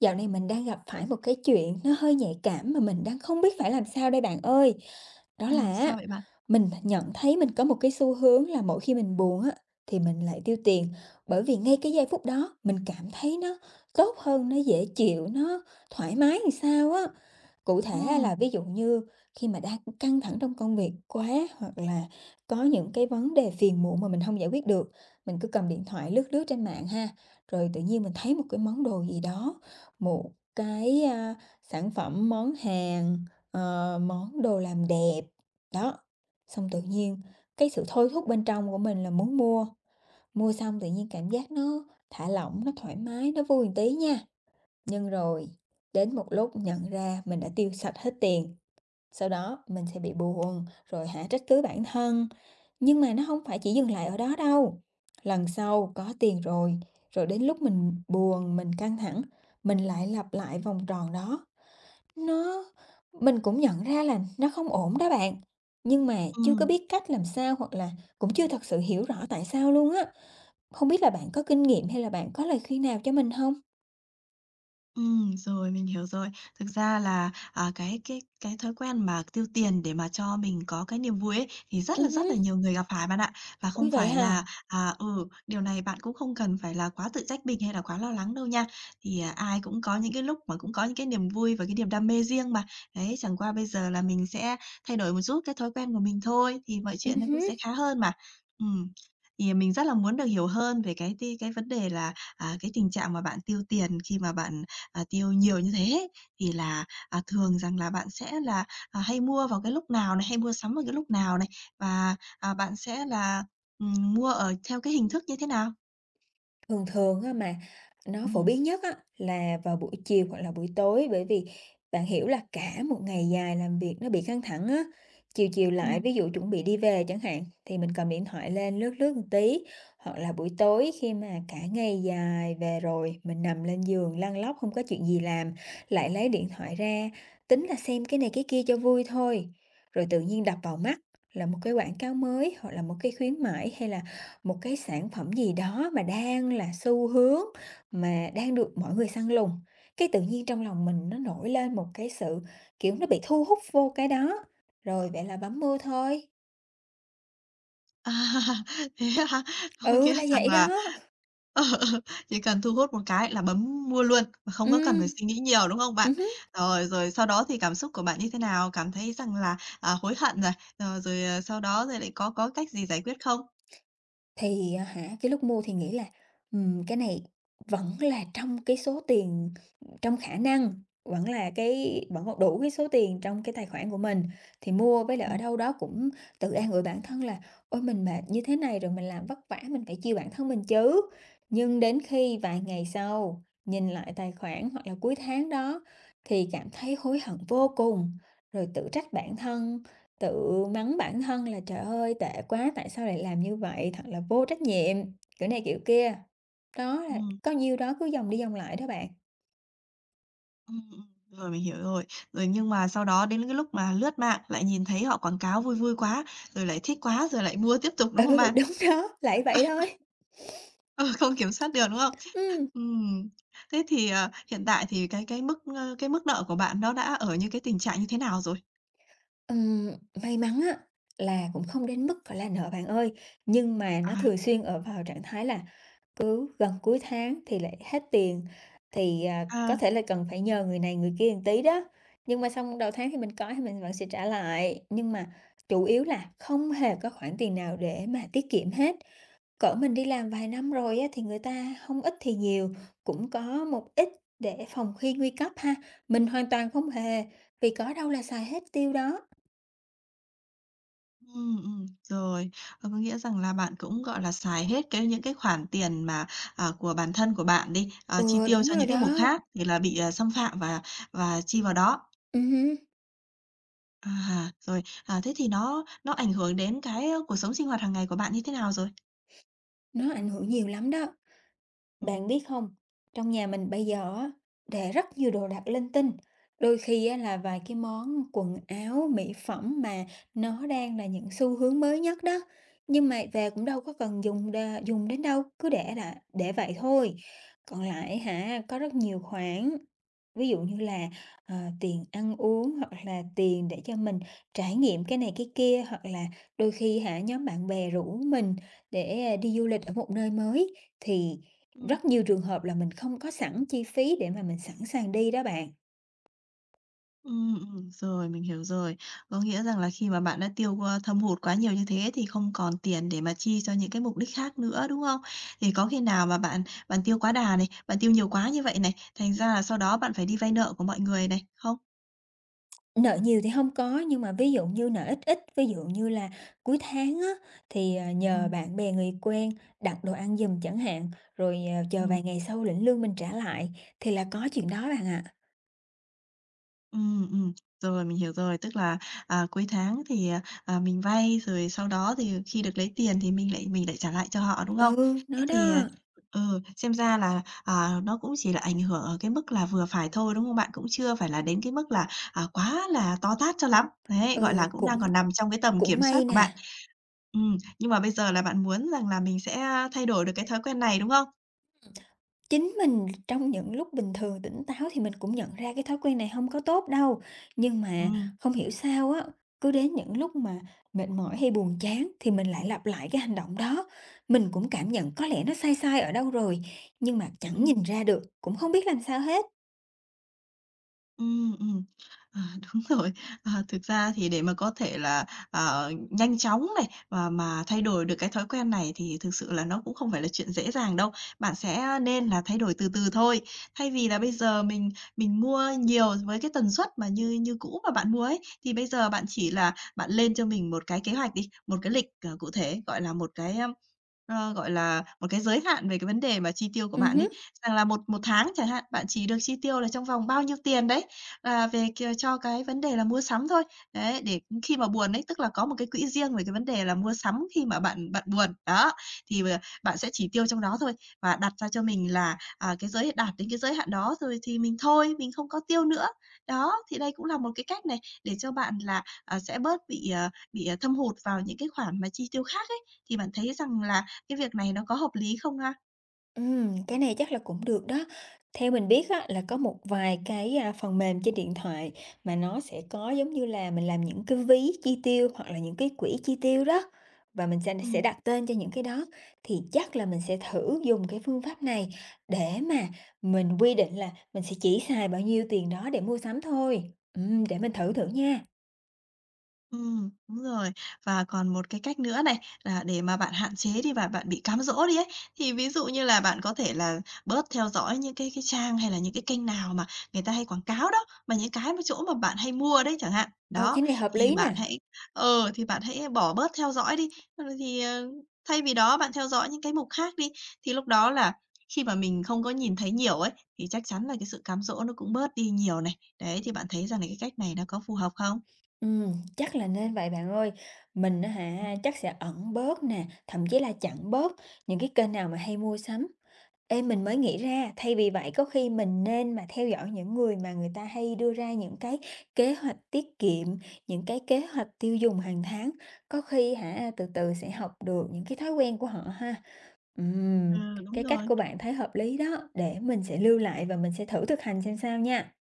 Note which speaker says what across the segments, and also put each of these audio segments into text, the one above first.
Speaker 1: Dạo này mình đang gặp phải một cái chuyện nó hơi nhạy cảm mà mình đang không biết phải làm sao đây bạn ơi. Đó là á,
Speaker 2: Sao vậy bạn?
Speaker 1: mình nhận thấy mình có một cái xu hướng là mỗi khi mình buồn á thì mình lại tiêu tiền, bởi vì ngay cái giây phút đó mình cảm thấy nó tốt hơn, nó dễ chịu, nó thoải mái thì sao á. Cụ thể á là
Speaker 2: Ừm,
Speaker 1: ví dụ như khi mà đang căng thẳng trong công việc quá hoặc là có những cái vấn đề phiền muộn mà mình không giải quyết được, mình cứ cầm điện thoại lướt lướt trên mạng ha, rồi tự nhiên mình thấy một cái món đồ gì đó một cái, sản phẩm, món hàng, món đồ làm đẹp, đó, xong tự nhiên cái sự thôi thúc bên trong của mình là muốn mua, mua xong tự nhiên cảm giác nó thả lỏng, nó thoải mái, nó vui một tí nha. Nhưng rồi đến một lúc nhận ra mình đã tiêu sạch hết tiền. Sau đó mình sẽ bị buồn, rồi hả trách cứ bản thân. Nhưng mà nó không phải chỉ dừng lại ở đó đâu. Lần sau có tiền rồi, rồi đến lúc mình buồn, mình căng thẳng, mình lại lặp lại vòng tròn đó. Nó mình cũng nhận ra là nó không ổn đó bạn, nhưng mà chưa có
Speaker 2: ừm.
Speaker 1: biết cách làm sao hoặc là cũng chưa thật sự hiểu rõ tại sao luôn á. Không biết là bạn có kinh nghiệm hay là bạn có lời khuyên nào cho mình không.
Speaker 2: Rồi, mình hiểu rồi. Thực ra là, cái thói quen mà tiêu tiền để mà cho mình có cái niềm vui ấy, thì rất là rất
Speaker 1: Hứm,
Speaker 2: là nhiều người gặp phải bạn ạ. Và
Speaker 1: như
Speaker 2: không
Speaker 1: vậy
Speaker 2: phải là,
Speaker 1: hả.
Speaker 2: điều này bạn cũng không cần phải là quá tự trách mình hay là quá lo lắng đâu nha. Thì, ai cũng có những cái lúc mà cũng có những cái niềm vui và cái niềm đam mê riêng mà. Đấy, chẳng qua bây giờ là mình sẽ thay đổi một chút cái thói quen của mình thôi, thì mọi chuyện nó cũng
Speaker 1: Hứm.
Speaker 2: sẽ khá hơn mà. Ừm, thì mình rất là muốn được hiểu hơn về cái vấn đề là, cái tình trạng mà bạn tiêu tiền khi mà bạn tiêu nhiều như thế thì là, thường rằng là bạn sẽ là, hay mua vào cái lúc nào này, hay mua sắm vào cái lúc nào này? Và, bạn sẽ là, mua ở theo cái hình thức như thế nào?
Speaker 1: Thường thường á mà nó phổ
Speaker 2: Ừm,
Speaker 1: biến nhất á là vào buổi chiều hoặc là buổi tối, bởi vì bạn hiểu là cả một ngày dài làm việc nó bị căng thẳng á, chiều chiều lại
Speaker 2: ừm.
Speaker 1: ví dụ chuẩn bị đi về chẳng hạn thì mình cầm điện thoại lên lướt lướt một tí, hoặc là buổi tối khi mà cả ngày dài về rồi mình nằm lên giường lăn lóc không có chuyện gì làm, lại lấy điện thoại ra, tính là xem cái này cái kia cho vui thôi. Rồi tự nhiên đập vào mắt là một cái quảng cáo mới hoặc là một cái khuyến mãi hay là một cái sản phẩm gì đó mà đang là xu hướng, mà đang được mọi người săn lùng, cái tự nhiên trong lòng mình nó nổi lên một cái sự, kiểu, nó bị thu hút vô cái đó, rồi vậy là bấm mua thôi.
Speaker 2: À, thế hả? Có
Speaker 1: Ừ,
Speaker 2: nghĩa
Speaker 1: là
Speaker 2: rằng
Speaker 1: vậy
Speaker 2: là
Speaker 1: đó.
Speaker 2: ờ, ờ, chỉ cần thu hút một cái là bấm mua luôn mà không có cần
Speaker 1: Ừm,
Speaker 2: phải suy nghĩ nhiều, đúng không bạn?
Speaker 1: ừm.
Speaker 2: Rồi, sau đó thì cảm xúc của bạn như thế nào? Cảm thấy rằng là, hối hận rồi sau đó rồi lại có cách gì giải quyết không?
Speaker 1: Thì, cái lúc mua thì nghĩ là, cái này vẫn là trong cái số tiền trong khả năng, vẫn là cái vẫn còn đủ cái số tiền trong cái tài khoản của mình, thì mua với lại ở
Speaker 2: Ừm,
Speaker 1: đâu đó cũng tự an ủi bản thân là "Ôi, mình mệt như thế này rồi mình làm vất vả mình phải chiều bản thân mình chứ." Nhưng đến khi vài ngày sau nhìn lại tài khoản hoặc là cuối tháng đó thì cảm thấy hối hận vô cùng, rồi tự trách bản thân. Tự mắng bản thân là "Trời ơi, tệ quá, tại sao lại làm như vậy? Thật là vô trách nhiệm!" kiểu này kiểu kia. Đó là
Speaker 2: ừm.
Speaker 1: có nhiêu đó cứ vòng đi vòng lại đó bạn.
Speaker 2: Ừm, ừm, rồi, mình hiểu rồi. Rồi nhưng mà sau đó đến cái lúc mà lướt mạng lại nhìn thấy họ quảng cáo vui vui quá, rồi lại thích quá rồi lại mua tiếp tục, đúng không
Speaker 1: Ừ,
Speaker 2: bạn?
Speaker 1: đúng đó, lại vậy thôi.
Speaker 2: Ừ, không kiểm soát được, đúng không?
Speaker 1: Ừm,
Speaker 2: Ừm, thế thì, hiện tại thì cái mức nợ của bạn nó đã ở như cái tình trạng như thế nào rồi?
Speaker 1: ừm, may mắn á là cũng không đến mức, phải là, nợ bạn ơi, nhưng mà nó
Speaker 2: À,
Speaker 1: thường xuyên ở vào trạng thái là cứ gần cuối tháng thì lại hết tiền, thì, có
Speaker 2: à,
Speaker 1: thể là cần phải nhờ người này người kia một tí đó, nhưng mà xong đầu tháng thì mình có thì mình vẫn sẽ trả lại. Nhưng mà chủ yếu là không hề có khoản tiền nào để mà tiết kiệm hết. Cỡ mình đi làm vài năm rồi á, thì người ta không ít thì nhiều, cũng có một ít để phòng khi nguy cấp ha, mình hoàn toàn không hề, vì có đâu là xài hết tiêu đó.
Speaker 2: rồi. Ờ, có nghĩa rằng là bạn cũng, gọi là, xài hết cái những cái khoản tiền mà, của bản thân của bạn đi, chi
Speaker 1: Ừ,
Speaker 2: tiêu
Speaker 1: đúng
Speaker 2: cho
Speaker 1: rồi
Speaker 2: những cái mục
Speaker 1: đó,
Speaker 2: khác thì là bị, xâm phạm và chi vào đó.
Speaker 1: hưm,
Speaker 2: À, rồi, thế thì nó ảnh hưởng đến cái cuộc sống sinh hoạt hàng ngày của bạn như thế nào rồi?
Speaker 1: nó ảnh hưởng nhiều lắm đó.
Speaker 2: Ừ,
Speaker 1: Bạn biết không, trong nhà mình bây giờ á, để rất nhiều đồ đạc linh tinh. Đôi khi á, là vài cái món quần áo, mỹ phẩm mà nó đang là những xu hướng mới nhất đó. Nhưng mà về cũng đâu có cần dùng đến đâu, cứ để là để vậy thôi. Còn lại hả, có rất nhiều khoản. Ví dụ như là, tiền ăn uống hoặc là tiền để cho mình trải nghiệm cái này cái kia, hoặc là đôi khi hả, nhóm bạn bè rủ mình để, đi du lịch ở một nơi mới, thì
Speaker 2: ừm,
Speaker 1: rất nhiều trường hợp là mình không có sẵn chi phí để mà mình sẵn sàng đi đó bạn.
Speaker 2: rồi, mình hiểu rồi. Có nghĩa rằng là khi mà bạn đã tiêu, thâm hụt quá nhiều như thế thì không còn tiền để mà chi cho những cái mục đích khác nữa, đúng không? Thì có khi nào mà bạn bạn tiêu quá đà này, bạn tiêu nhiều quá như vậy này, thành ra là sau đó bạn phải đi vay nợ của mọi người này, không?
Speaker 1: Nợ nhiều thì không có, nhưng mà ví dụ như nợ ít ít, ví dụ như là cuối tháng á, thì, nhờ
Speaker 2: Ừm,
Speaker 1: bạn bè, người quen đặt đồ ăn giùm chẳng hạn, rồi, chờ vài ngày sau lĩnh lương mình trả lại, thì là có chuyện đó bạn ạ.
Speaker 2: ừ, ừm, rồi, mình hiểu rồi. Tức là, cuối tháng thì, mình vay, rồi sau đó thì khi được lấy tiền thì mình lại trả lại cho họ, đúng không?
Speaker 1: Ừ,
Speaker 2: Thế
Speaker 1: nó
Speaker 2: thì,
Speaker 1: đó.
Speaker 2: xem ra là, nó cũng chỉ là ảnh hưởng ở cái mức là vừa phải thôi, đúng không bạn? Cũng chưa phải là đến cái mức là, quá là to tát cho lắm. Đấy, gọi
Speaker 1: Ừ,
Speaker 2: là, cũng đang
Speaker 1: cũng
Speaker 2: còn nằm trong cái tầm
Speaker 1: cũng
Speaker 2: kiểm soát
Speaker 1: may
Speaker 2: của
Speaker 1: nè,
Speaker 2: bạn. Ừ, nhưng mà bây giờ là bạn muốn rằng là mình sẽ, thay đổi được cái thói quen này, đúng không?
Speaker 1: chính mình trong những lúc bình thường tỉnh táo thì mình cũng nhận ra cái thói quen này không có tốt đâu, nhưng
Speaker 2: Ừ,
Speaker 1: mà không hiểu sao á, cứ đến những lúc mà mệt mỏi hay buồn chán thì mình lại lặp lại cái hành động đó. Mình cũng cảm nhận có lẽ nó sai sai ở đâu rồi, nhưng mà
Speaker 2: ừ.
Speaker 1: chẳng nhìn ra được, cũng không biết làm sao hết.
Speaker 2: Ừm, ừm. Ờ, đúng rồi. Ờ, thực ra thì để mà có thể là, nhanh chóng này, và mà thay đổi được cái thói quen này thì thực sự là nó cũng không phải là chuyện dễ dàng đâu. Bạn sẽ nên là thay đổi từ từ thôi. Thay vì là bây giờ mình mua nhiều với cái tần suất mà như như cũ mà bạn mua ấy, thì bây giờ bạn chỉ là bạn lên cho mình một cái kế hoạch đi, một cái lịch, cụ thể, gọi là, một cái, gọi là, một cái giới hạn về cái vấn đề mà chi tiêu của
Speaker 1: Ừ
Speaker 2: bạn
Speaker 1: hứm.
Speaker 2: đi. Rằng là một một tháng chẳng hạn, bạn chỉ được chi tiêu là trong vòng bao nhiêu tiền đấy, về cho cái vấn đề là mua sắm thôi. Đấy, để khi mà buồn ấy, tức là có một cái quỹ riêng về cái vấn đề là mua sắm khi mà bạn bạn buồn, đó, thì, bạn sẽ chỉ tiêu trong đó thôi và đặt ra cho mình là, cái giới đạt đến cái giới hạn đó rồi thì mình thôi, mình không có tiêu nữa. Đó, thì đây cũng là một cái cách này để cho bạn là, sẽ bớt bị thâm hụt vào những cái khoản mà chi tiêu khác ấy, thì bạn thấy rằng là cái việc này nó có hợp lý không ha?
Speaker 1: Cái này chắc là cũng được đó. Theo mình biết á, là có một vài cái, phần mềm trên điện thoại mà nó sẽ có giống như là mình làm những cái ví chi tiêu hoặc là những cái quỹ chi tiêu đó, và mình sẽ
Speaker 2: Ừm.
Speaker 1: đặt tên cho những cái đó. Thì chắc là mình sẽ thử dùng cái phương pháp này để mà mình quy định là mình sẽ chỉ xài bao nhiêu tiền đó để mua sắm thôi. Để mình thử thử nha.
Speaker 2: Đúng rồi. Và còn một cái cách nữa này, là để mà bạn hạn chế đi và bạn bị cám dỗ đi ấy, thì ví dụ như là bạn có thể là bớt theo dõi những cái trang hay là những cái kênh nào mà người ta hay quảng cáo đó, mà những cái mà chỗ mà bạn hay mua đấy chẳng hạn.
Speaker 1: Ờ,
Speaker 2: Đó,
Speaker 1: cái này hợp
Speaker 2: thì
Speaker 1: lý nè.
Speaker 2: bạn hãy thì bạn hãy bỏ bớt theo dõi đi, rồi thì, thay vì đó bạn theo dõi những cái mục khác đi, thì lúc đó là khi mà mình không có nhìn thấy nhiều ấy, thì chắc chắn là cái sự cám dỗ nó cũng bớt đi nhiều này. Đấy, thì bạn thấy rằng là cái cách này nó có phù hợp không?
Speaker 1: Chắc là nên vậy bạn ơi. Mình á hả,
Speaker 2: Ừm.
Speaker 1: chắc sẽ ẩn bớt nè, thậm chí là chặn bớt những cái kênh nào mà hay mua sắm. Ê, mình mới nghĩ ra, thay vì vậy có khi mình nên mà theo dõi những người mà người ta hay đưa ra những cái kế hoạch tiết kiệm, những cái kế hoạch tiêu dùng hàng tháng. Có khi hả, từ từ sẽ học được những cái thói quen của họ ha. Ừm,
Speaker 2: Ừ, đúng
Speaker 1: cái cách
Speaker 2: rồi.
Speaker 1: của bạn thấy hợp lý đó, để mình sẽ lưu lại và mình sẽ thử thực hành xem sao nha.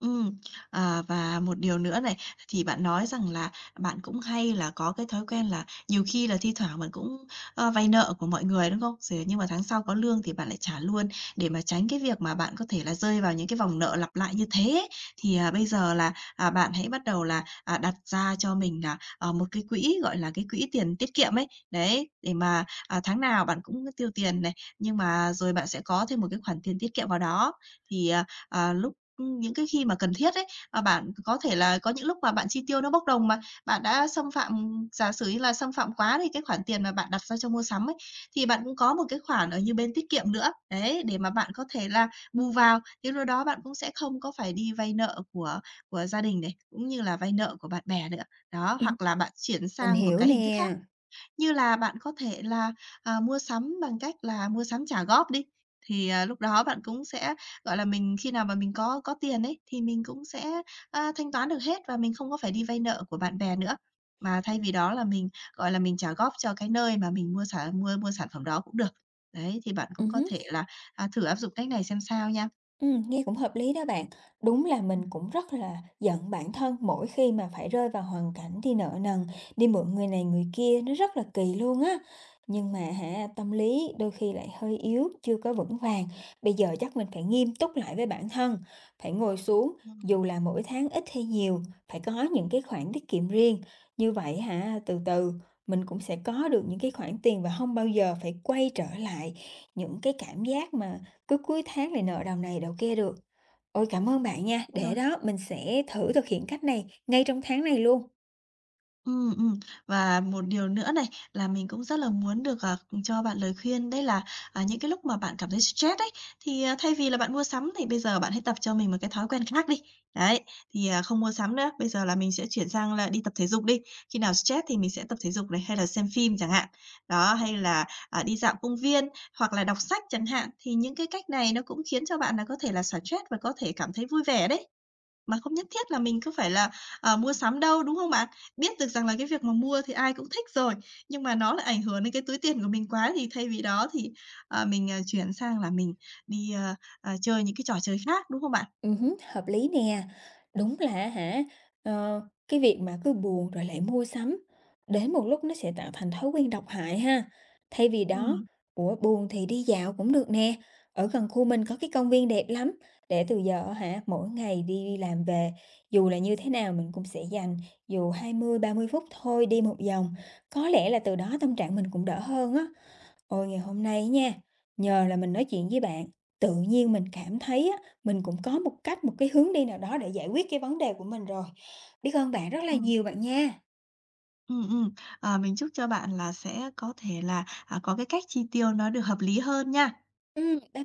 Speaker 2: Ừ. Và một điều nữa này, thì bạn nói rằng là bạn cũng hay là có cái thói quen là nhiều khi là thi thoảng bạn cũng, vay nợ của mọi người, đúng không? Rồi nhưng mà tháng sau có lương thì bạn lại trả luôn để mà tránh cái việc mà bạn có thể là rơi vào những cái vòng nợ lặp lại như thế ấy. Thì, bây giờ là, bạn hãy bắt đầu là, đặt ra cho mình là, một cái quỹ, gọi là, cái quỹ tiền tiết kiệm ấy, đấy, để mà, tháng nào bạn cũng tiêu tiền này, nhưng mà rồi bạn sẽ có thêm một cái khoản tiền tiết kiệm vào đó. Thì, lúc những cái khi mà cần thiết ấy, mà bạn có thể là có những lúc mà bạn chi tiêu nó bốc đồng mà, bạn đã xâm phạm giả sử như là xâm phạm quá thì cái khoản tiền mà bạn đặt ra cho mua sắm ấy, thì bạn cũng có một cái khoản ở như bên tiết kiệm nữa, đấy, để mà bạn có thể là bù vào. Thì lúc đó bạn cũng sẽ không có phải đi vay nợ của gia đình này, cũng như là vay nợ của bạn bè nữa. Đó,
Speaker 1: Ừm,
Speaker 2: hoặc là bạn chuyển
Speaker 1: mình
Speaker 2: sang một
Speaker 1: hiểu
Speaker 2: cái hình thức
Speaker 1: nè.
Speaker 2: khác. Như là bạn có thể là, mua sắm bằng cách là mua sắm trả góp đi, thì, lúc đó bạn cũng sẽ, gọi là, mình khi nào mà mình có tiền ấy, thì mình cũng sẽ, thanh toán được hết và mình không có phải đi vay nợ của bạn bè nữa. Mà thay vì đó là mình, gọi là, mình trả góp cho cái nơi mà mình mua sản phẩm đó cũng được. Đấy, thì bạn cũng có
Speaker 1: Ừ.
Speaker 2: thể là, thử áp dụng cách này xem sao nha.
Speaker 1: Nghe cũng hợp lý đó bạn. Đúng là
Speaker 2: Ừm,
Speaker 1: mình cũng rất là giận bản thân mỗi khi mà phải rơi vào hoàn cảnh đi nợ nần, đi mượn người này người kia, nó rất là kỳ luôn á. Nhưng mà hả, tâm lý đôi khi lại hơi yếu, chưa có vững vàng. Bây giờ chắc mình phải nghiêm túc lại với bản thân, phải ngồi xuống, dù là mỗi tháng ít hay nhiều, phải có những cái khoản tiết kiệm riêng. Như vậy hả, từ từ mình cũng sẽ có được những cái khoản tiền và không bao giờ phải quay trở lại những cái cảm giác mà cứ cuối tháng lại nợ đồng này đầu kia được. Ôi, cảm ơn bạn nha,
Speaker 2: đúng
Speaker 1: để
Speaker 2: rồi.
Speaker 1: đó mình sẽ thử thực hiện cách này ngay trong tháng này luôn.
Speaker 2: Ừ. Và một điều nữa này là mình cũng rất là muốn được, cho bạn lời khuyên đấy là, những cái lúc mà bạn cảm thấy stress ấy, thì, thay vì là bạn mua sắm thì bây giờ bạn hãy tập cho mình một cái thói quen khác đi. Đấy, thì, không mua sắm nữa, bây giờ là mình sẽ chuyển sang là đi tập thể dục đi. Khi nào stress thì mình sẽ tập thể dục này, hay là xem phim chẳng hạn. Đó, hay là, đi dạo công viên hoặc là đọc sách chẳng hạn. Thì những cái cách này nó cũng khiến cho bạn là có thể là xả stress và có thể cảm thấy vui vẻ đấy. Mà không nhất thiết là mình cứ phải là, mua sắm đâu, đúng không bạn? Biết được rằng là cái việc mà mua thì ai cũng thích rồi, nhưng mà nó lại ảnh hưởng đến cái túi tiền của mình quá thì thay vì đó thì, mình, chuyển sang là mình đi, chơi những cái trò chơi khác, đúng không bạn?
Speaker 1: Hứm, hợp lý nè. Đúng là hả, ờ, cái việc mà cứ buồn rồi lại mua sắm, đến một lúc nó sẽ tạo thành thói quen độc hại ha. Thay vì
Speaker 2: Ừ,
Speaker 1: đó, ủa, buồn thì đi dạo cũng được nè, ở gần khu mình có cái công viên đẹp lắm, để từ giờ hả, mỗi ngày đi làm về, dù là như thế nào mình cũng sẽ dành dù 20-30 phút thôi đi một vòng, có lẽ là từ đó tâm trạng mình cũng đỡ hơn á. Ôi, ngày hôm nay nha, nhờ là mình nói chuyện với bạn, tự nhiên mình cảm thấy á, mình cũng có một cách, một cái hướng đi nào đó để giải quyết cái vấn đề của mình rồi. Biết ơn bạn rất là
Speaker 2: ừ,
Speaker 1: nhiều bạn nha.
Speaker 2: ừ. Ừm. Ờ, mình chúc cho bạn là sẽ có thể là, có cái cách chi tiêu nó được hợp lý hơn nha.
Speaker 1: Bye.